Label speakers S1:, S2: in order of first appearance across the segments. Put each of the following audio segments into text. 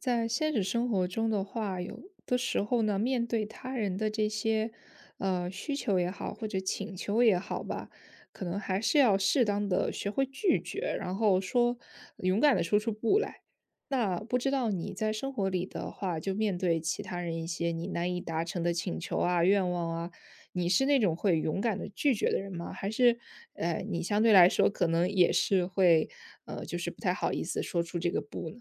S1: 在现实生活中的话，有的时候呢，面对他人的这些，需求也好，或者请求也好吧，可能还是要适当的学会拒绝，然后说勇敢的说出不来。那不知道你在生活里的话，就面对其他人一些你难以达成的请求啊、愿望啊，你是那种会勇敢的拒绝的人吗？还是，你相对来说可能也是会，就是不太好意思说出这个不呢？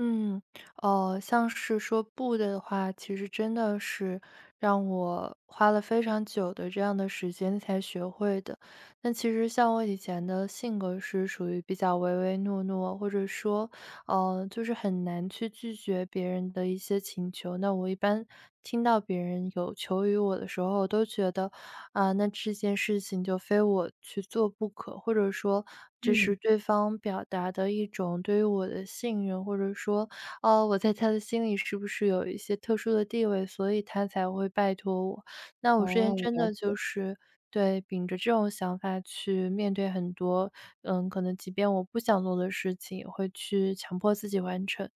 S2: 嗯，哦，像是说不的话，其实真的是让我花了非常久的这样的时间才学会的。那其实像我以前的性格是属于比较唯唯诺诺，或者说就是很难去拒绝别人的一些请求。那我一般听到别人有求于我的时候，我都觉得，啊，那这件事情就非我去做不可，或者说这
S1: 嗯。
S2: 是对方表达的一种对于我的信任，或者说，哦，我在他的心里是不是有一些特殊的地位，所以他才会拜托我。那我之
S1: 哦，
S2: 前真
S1: 了
S2: 的
S1: 解。
S2: 就是对，秉着这种想法去面对很多，可能即便我不想做的事情，也会去强迫自己完成。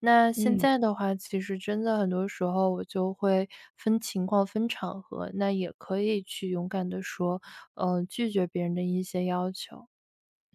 S2: 那现
S1: 嗯。
S2: 在的话，其实真的很多时候我就会分情况、分场合，那也可以去勇敢的说，拒绝别人的一些要求。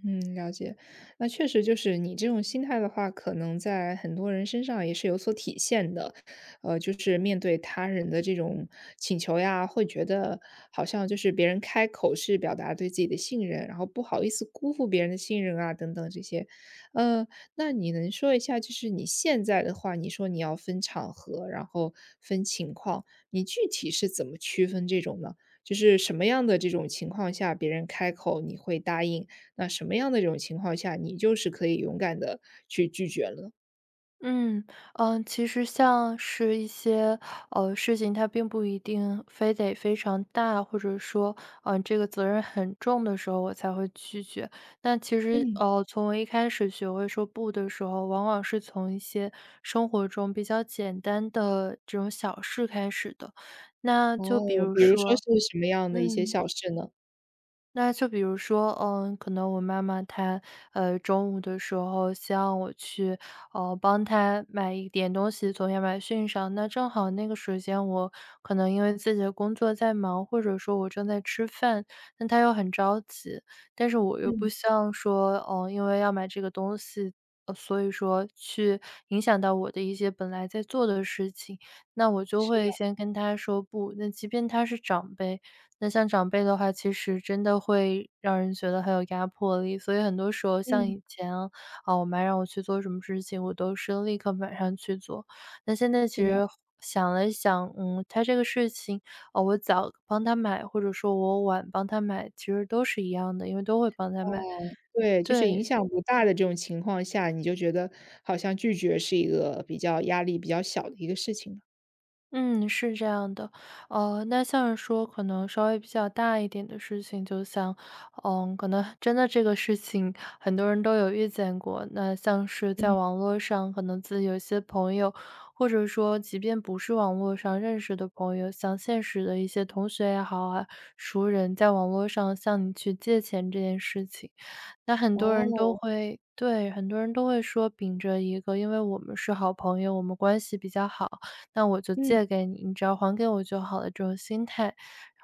S1: 嗯，了解。那确实就是你这种心态的话，可能在很多人身上也是有所体现的。就是面对他人的这种请求呀，会觉得好像就是别人开口是表达对自己的信任，然后不好意思辜负别人的信任啊，等等这些。呃，那你能说一下，就是你现在的话，你说你要分场合，然后分情况，你具体是怎么区分这种呢？就是什么样的这种情况下，别人开口你会答应？那什么样的这种情况下，你就是可以勇敢的去拒绝了呢？
S2: 嗯，其实像是一些，事情它并不一定非得非常大，或者说，这个责任很重的时候我才会拒绝。那其实，
S1: 嗯。
S2: 从我一开始学会说不的时候，往往是从一些生活中比较简单的这种小事开始的。那就比
S1: 哦，
S2: 如
S1: 比如说
S2: 说
S1: 是什么样的一些
S2: 嗯。
S1: 小事呢？
S2: 那就比如说，可能我妈妈她，中午的时候希望我去，帮她买一点东西从亚马逊上。那正好那个时间我可能因为自己的工作在忙，或者说我正在吃饭，那她又很着急，但是我又不
S1: 嗯，
S2: 像说，因为要买这个东西，所以说去影响到我的一些本来在做的事情。那我就
S1: 是的，
S2: 会先跟她说不。那即便她是长辈，那像长辈的话，其实真的会让人觉得很有压迫力，所以很多时候像
S1: 嗯，
S2: 以前啊，啊我妈让我去做什么事情，我都是立刻马上去做。那现在其
S1: 是的，
S2: 实想了一想，她这个事情，啊，我早帮她买，或者说我晚帮她买，其实都是一样的，因为都会帮她
S1: 哦，
S2: 买。
S1: 对，就是影
S2: 对。
S1: 响不大的这种情况下，你就觉得好像拒绝是一个比较压力比较小的一个事情了。
S2: 嗯，是这样的，那像是说可能稍微比较大一点的事情，就像，可能真的这个事情很多人都有遇见过。那像是在
S1: 嗯，
S2: 网络上，可能自己有一些朋友，或者说即便不是网络上认识的朋友，像现实的一些同学也好啊，熟人，在网络上向你去借钱这件事情，那
S1: 哦，
S2: 很多人都会说秉着一个“因为我们是好朋友，我们关系比较好，那我就借
S1: 嗯
S2: 给你，你只要还给我就好了”这种心态。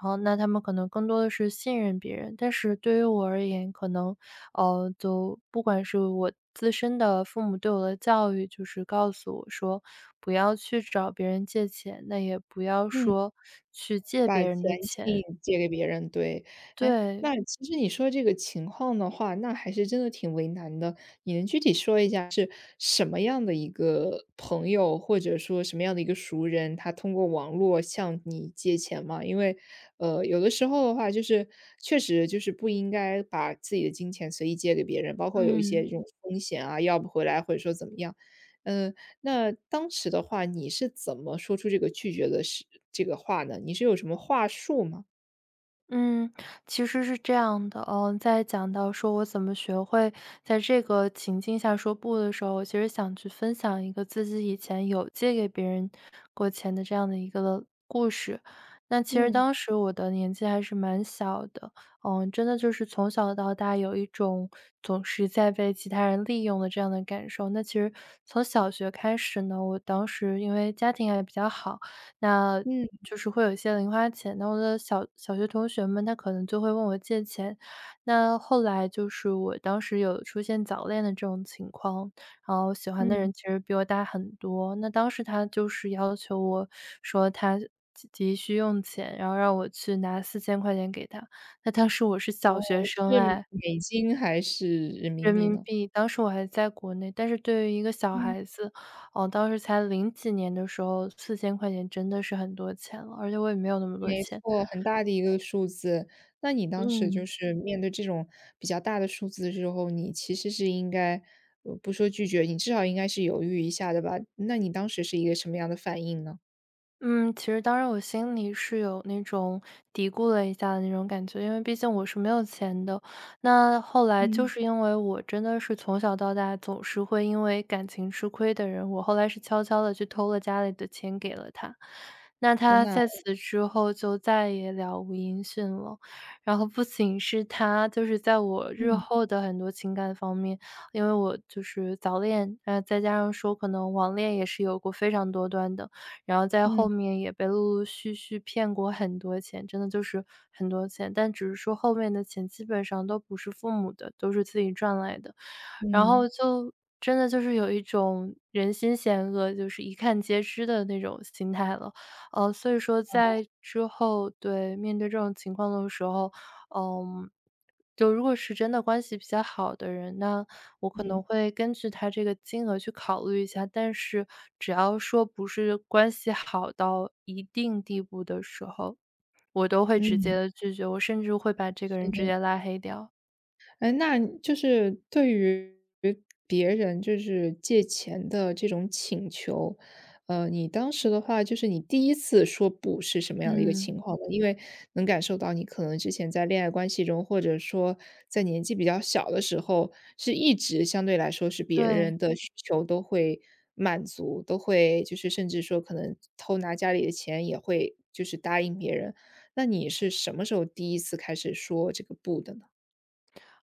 S2: 然后那他们可能更多的是信任别人，但是对于我而言，可能，就不管是我自身的父母对我的教育，就是告诉我说不要去找别人借钱，那也不要
S1: 嗯。
S2: 说去借
S1: 把
S2: 别
S1: 钱
S2: 人的
S1: 借
S2: 钱。
S1: 借给别人，对。哎，
S2: 对，
S1: 那其实你说这个情况的话，那还是真的挺为难的。你能具体说一下是什么样的一个朋友，或者说什么样的一个熟人，他通过网络向你借钱吗？因为，有的时候的话，就是确实就是不应该把自己的金钱随意借给别人，包括有一些这
S2: 嗯。
S1: 种风险啊，要不回来或者说怎么样。嗯。那当时的话，你是怎么说出这个拒绝的话呢？你是有什么话术吗？
S2: 嗯，其实是这样的，在讲到说我怎么学会在这个情境下说不的时候，我其实想去分享一个自己以前有借给别人过钱的这样的一个故事。那其实
S1: 嗯
S2: 当时我的年纪还是蛮小的，真的就是从小到大有一种总是在被其他人利用的这样的感受。那其实从小学开始呢，我当时因为家庭还比较好，那
S1: 嗯
S2: 就是会有一些零花钱。那我的小学同学们，他可能就会问我借钱。那后来就是我当时有出现早恋的这种情况，然后喜欢的
S1: 嗯。
S2: 人其实比我大很多。那当时他就是要求我说他急需用钱，然后让我去拿四千块钱给他。那当时我是小学生
S1: 是
S2: 哎，
S1: 美金还是人民
S2: 人
S1: 币
S2: 民
S1: 呢？
S2: 币，当时我还在国内，但是对于一个小
S1: 嗯。
S2: 孩子，哦，当时才零几年的时候四千块钱真的是很多钱了，而且我也没有那么多
S1: 没
S2: 钱。
S1: 错，很大的一个数字。那你当时就
S2: 嗯。
S1: 是面对这种比较大的数字的时候，你其实是应该不说拒绝，你至少应该是犹豫一下的吧？那你当时是一个什么样的反应呢？
S2: 嗯，其实当然我心里是有那种嘀咕了一下的那种感觉，因为毕竟我是没有钱的。那后来就
S1: 嗯。
S2: 是因为我真的是从小到大总是会因为感情吃亏的人，我后来是悄悄的去偷了家里的钱给了他。那
S1: 天
S2: 他
S1: 呐，
S2: 在此之后就再也了无音讯了，然后不仅是他，就是在我日
S1: 嗯。
S2: 后的很多情感方面，因为我就是早恋，再加上说可能网恋也是有过非常多端的，然后在
S1: 嗯，
S2: 后面也被陆陆续续骗过很多钱，真的就是很多钱，但只是说后面的钱基本上都不是父母的，都是自己赚来的。然
S1: 嗯，
S2: 后就真的就是有一种人心险恶，就是一看皆知的那种心态了。所以说在之后对，面对这种情况的时候，嗯，就如果是真的关系比较好的人，那我可
S1: 嗯。
S2: 能会根据他这个金额去考虑一下，但是只要说不是关系好到一定地步的时候，我都会直
S1: 嗯，
S2: 接
S1: 嗯。
S2: 的拒绝，我甚至会把这个
S1: 是。
S2: 人直接拉黑掉。
S1: 哎，那就是对于别人就是借钱的这种请求，你当时的话，就是你第一次说不是什么样的一个
S2: 嗯，
S1: 情况呢？因为能感受到你可能之前在恋爱关系中，或者说在年纪比较小的时候，是一直相对来说是别
S2: 对。
S1: 人的需求都会满足，都会就是甚至说可能偷拿家里的钱也会就是答应别人。那你是什么时候第一次开始说这个不的呢？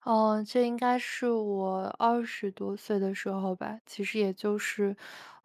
S2: 哦，这应该是我20多岁的时候吧，其实也就是，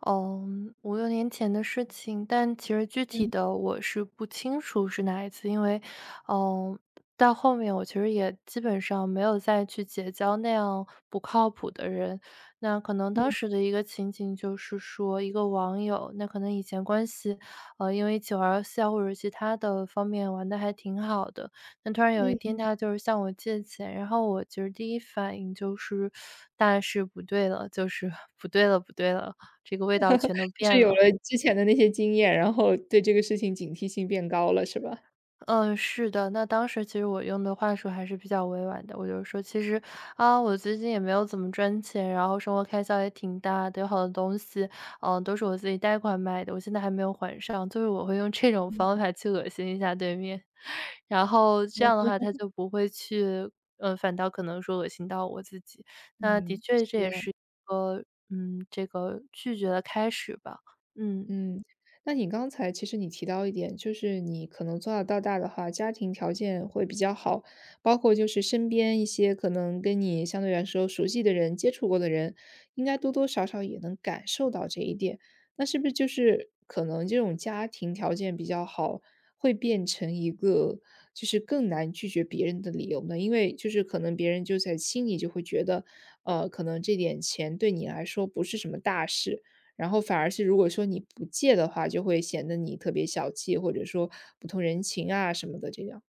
S2: 5、6年前的事情，但其实具体
S1: 嗯。
S2: 的我是不清楚是哪一次，因为，嗯，到后面我其实也基本上没有再去结交那样不靠谱的人。那可能当时的一个情景就是说一个网友，那可能以前关系，因为一起玩儿游戏啊，或者其他的方面玩的还挺好的，但突然有一天
S1: 嗯，
S2: 他就是向我借钱，然后我其实第一反应就是大事不对了，就是 不对了，不对了，这个味道全都
S1: 就是
S2: 变
S1: 有
S2: 了。
S1: 了之前的那些经验，然后对这个事情警惕性变高了，是吧？
S2: 嗯，是的。那当时其实我用的话术还是比较委婉的，我就说：“其实，啊，我最近也没有怎么赚钱，然后生活开销也挺大的，有好多东西，都是我自己贷款买的，我现在还没有还上。”就是我会用这种方法去恶心一下对面，然后这样的话他就不会去反倒可能说恶心到我自己。那的
S1: 嗯，
S2: 确这也是一个，这个拒绝的开始吧，嗯。
S1: 嗯，那你刚才其实你提到一点，就是你可能从小到大的话，家庭条件会比较好，包括就是身边一些可能跟你相对来说熟悉的人、接触过的人，应该多多少少也能感受到这一点。那是不是就是可能这种家庭条件比较好，会变成一个就是更难拒绝别人的理由呢？因为就是可能别人就在心里就会觉得，可能这点钱对你来说不是什么大事。然后反而是如果说你不借的话，就会显得你特别小气，或者说不通人情啊什么的这样。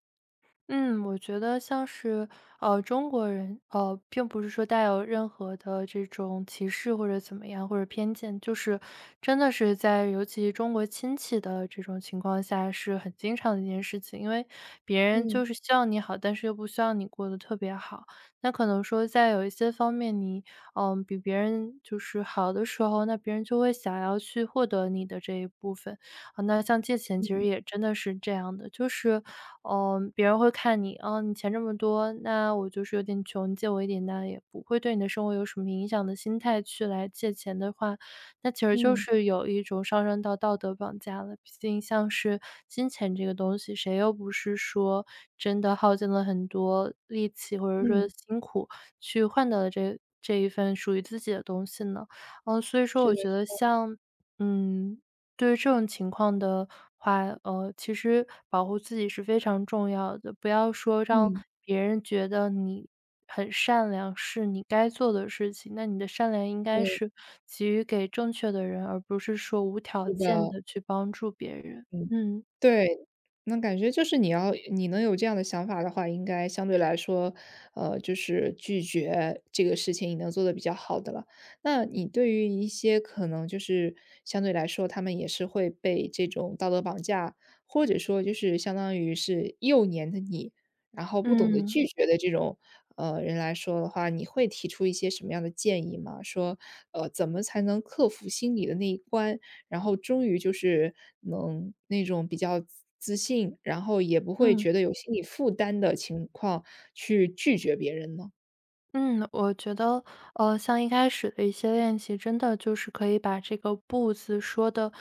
S2: 嗯，我觉得像是，中国人，并不是说带有任何的这种歧视或者怎么样，或者偏见，就是真的是在尤其中国亲戚的这种情况下是很经常的一件事情。因为别人
S1: 嗯，
S2: 就是希望你好，但是又不希望你过得特别好。那可能说在有一些方面你，比别人就是好的时候，那别人就会想要去获得你的这一部分。啊，那像借钱其实也真的是这样的，就是别人会看你，哦，你钱这么多，那我就是有点穷，你借我一点，那也不会对你的生活有什么影响的心态去来借钱的话，那其实就
S1: 嗯，
S2: 是有一种上升到道德绑架了。毕竟像是金钱这个东西，谁又不是说真的耗尽了很多力气或者说
S1: 嗯，
S2: 辛苦去换到了这一份属于自己的东西呢？所以说
S1: 是
S2: 我
S1: 的，
S2: 觉得像嗯，对于这种情况的话，其实保护自己是非常重要的，不要说让
S1: 嗯，
S2: 别人觉得你很善良是你该做的事情，那你的善良应该
S1: 对，
S2: 是给予给正确的人，而不是说无条
S1: 是
S2: 件
S1: 的。
S2: 的去帮助别人。
S1: 嗯，
S2: 嗯，
S1: 对，那感觉就是你要你能有这样的想法的话，应该相对来说，就是拒绝这个事情，你能做的比较好的了。那你对于一些可能就是相对来说，他们也是会被这种道德绑架，或者说就是相当于是幼年的你，然后不懂得
S2: 嗯，
S1: 拒绝的这种，人来说的话，你会提出一些什么样的建议吗？说，怎么才能克服心里的那一关？然后终于就是能那种比较自信，然后也不会
S2: 嗯。
S1: 觉得有心理负担的情况去拒绝别人呢？
S2: 嗯，我觉得，像一开始的一些练习，真的就是可以把这个"不"字说的，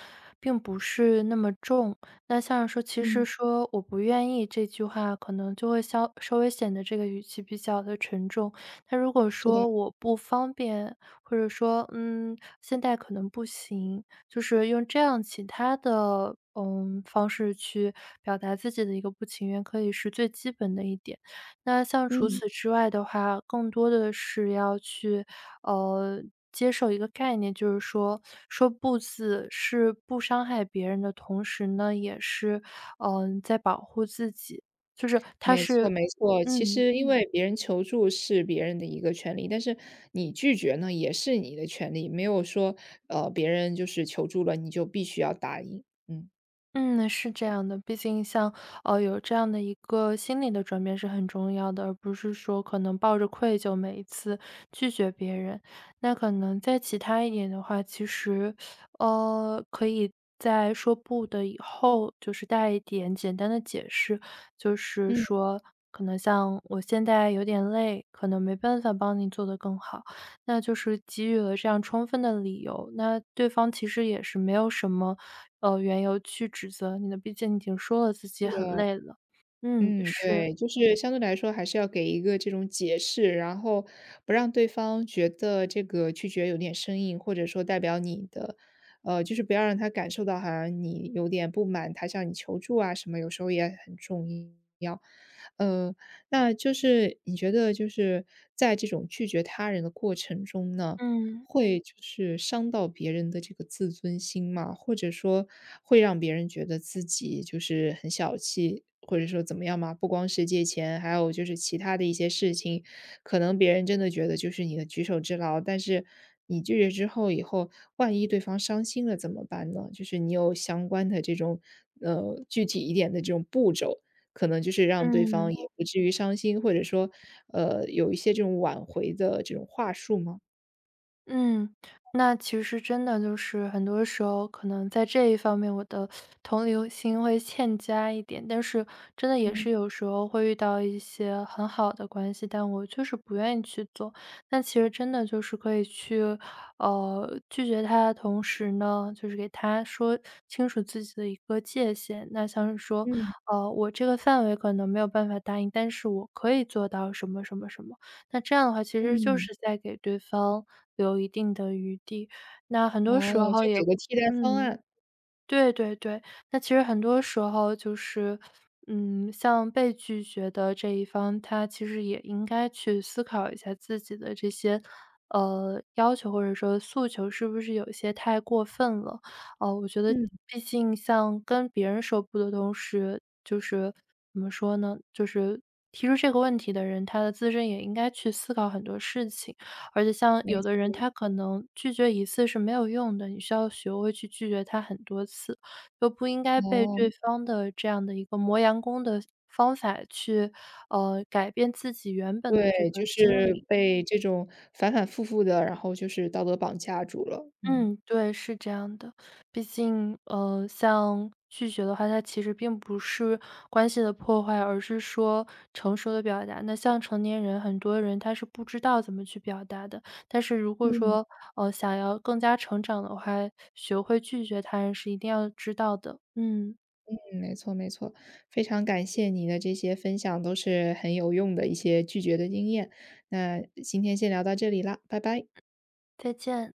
S2: 并不是那么重。那像是说，其实
S1: 嗯，
S2: 说"我不愿意"这句话，可能就会稍稍微显得这个语气比较的沉重。那如果
S1: 是的，嗯。
S2: 说"我不方便"，或者说"嗯，现在可能不行"，就是用这样其他的，方式去表达自己的一个不情愿，可以是最基本的一点。那像除
S1: 嗯
S2: 此之外的话，更多的是要去，呃，接受一个概念，就是说，说"不"字是不伤害别人的同时呢，也是，在保护自己，就是它
S1: 没错
S2: 是
S1: 没错。其
S2: 嗯。
S1: 实因为别人求助是别人的一个权利，但是你拒绝呢，也是你的权利，没有说，别人就是求助了，你就必须要答应，嗯
S2: 嗯，是这样的，毕竟像有这样的一个心理的转变是很重要的，而不是说可能抱着愧疚每一次拒绝别人。那可能在其他一点的话，其实可以在说不的以后，就是带一点简单的解释，就是
S1: 嗯。
S2: 说可能像我现在有点累，可能没办法帮你做得更好，那就是给予了这样充分的理由，那对方其实也是没有什么。缘由去指责你的，毕竟你已经说了自己很累了。嗯，
S1: 嗯，
S2: 是，
S1: 对，就是相对来说还是要给一个这种解释，然后不让对方觉得这个拒绝有点生硬，或者说代表你的，就是不要让他感受到好像你有点不满，他向你求助啊什么，有时候也很重要。呃，那就是你觉得就是在这种拒绝他人的过程中呢，
S2: 嗯，
S1: 会就是伤到别人的这个自尊心嘛，或者说会让别人觉得自己就是很小气，或者说怎么样嘛？不光是借钱，还有就是其他的一些事情，可能别人真的觉得就是你的举手之劳，但是你拒绝之后以后，万一对方伤心了怎么办呢？就是你有相关的这种，具体一点的这种步骤，可能就是让对方
S2: 嗯。
S1: 也哦不至于伤心，或者说，有一些这种挽回的这种话术吗？
S2: 嗯，那其实真的就是很多时候可能在这一方面我的同理心会欠佳一点，但是真的也
S1: 嗯
S2: 是有时候会遇到一些很好的关系，但我就是不愿意去做。那其实真的就是可以去，拒绝他的同时呢，就是给他说清楚自己的一个界限。那像是说，
S1: 嗯。
S2: 我这个范围可能没有办法答应，但是我可以做到什么什么什么。那这样的话，其实就
S1: 嗯，
S2: 是在给对方留一定的余地。那很多
S1: 哦，
S2: 时候
S1: 就
S2: 也
S1: 给个替代方
S2: 嗯，
S1: 案。
S2: 对对对，那其实很多时候就是，像被拒绝的这一方，他其实也应该去思考一下自己的这些，要求或者说诉求是不是有一些太过分了。我觉得
S1: 嗯，
S2: 毕竟像跟别人说不的同时，就是怎么说呢，就是提出这个问题的人，他的自身也应该去思考很多事情。而且像
S1: 没
S2: 有的
S1: 错，
S2: 人他可能拒绝一次是没有用的，你需要学会去拒绝他很多次，就不应该被
S1: 哦，
S2: 对方的这样的一个磨洋工的方法去，改变自己原本的这
S1: 对，
S2: 个
S1: 就
S2: 心
S1: 是
S2: 理。
S1: 被这种反反复复的，然后就是道德绑架住了。嗯，
S2: 嗯，对，是这样的。毕竟，像拒绝的话，它其实并不是关系的破坏，而是说成熟的表达。那像成年人，很多人他是不知道怎么去表达的。但是如果
S1: 嗯，
S2: 说，想要更加成长的话，学会拒绝他人是一定要知道的。嗯，
S1: 嗯，没错没错，非常感谢你的这些分享，都是很有用的一些拒绝的经验。那今天先聊到这里啦，拜拜。
S2: 再见。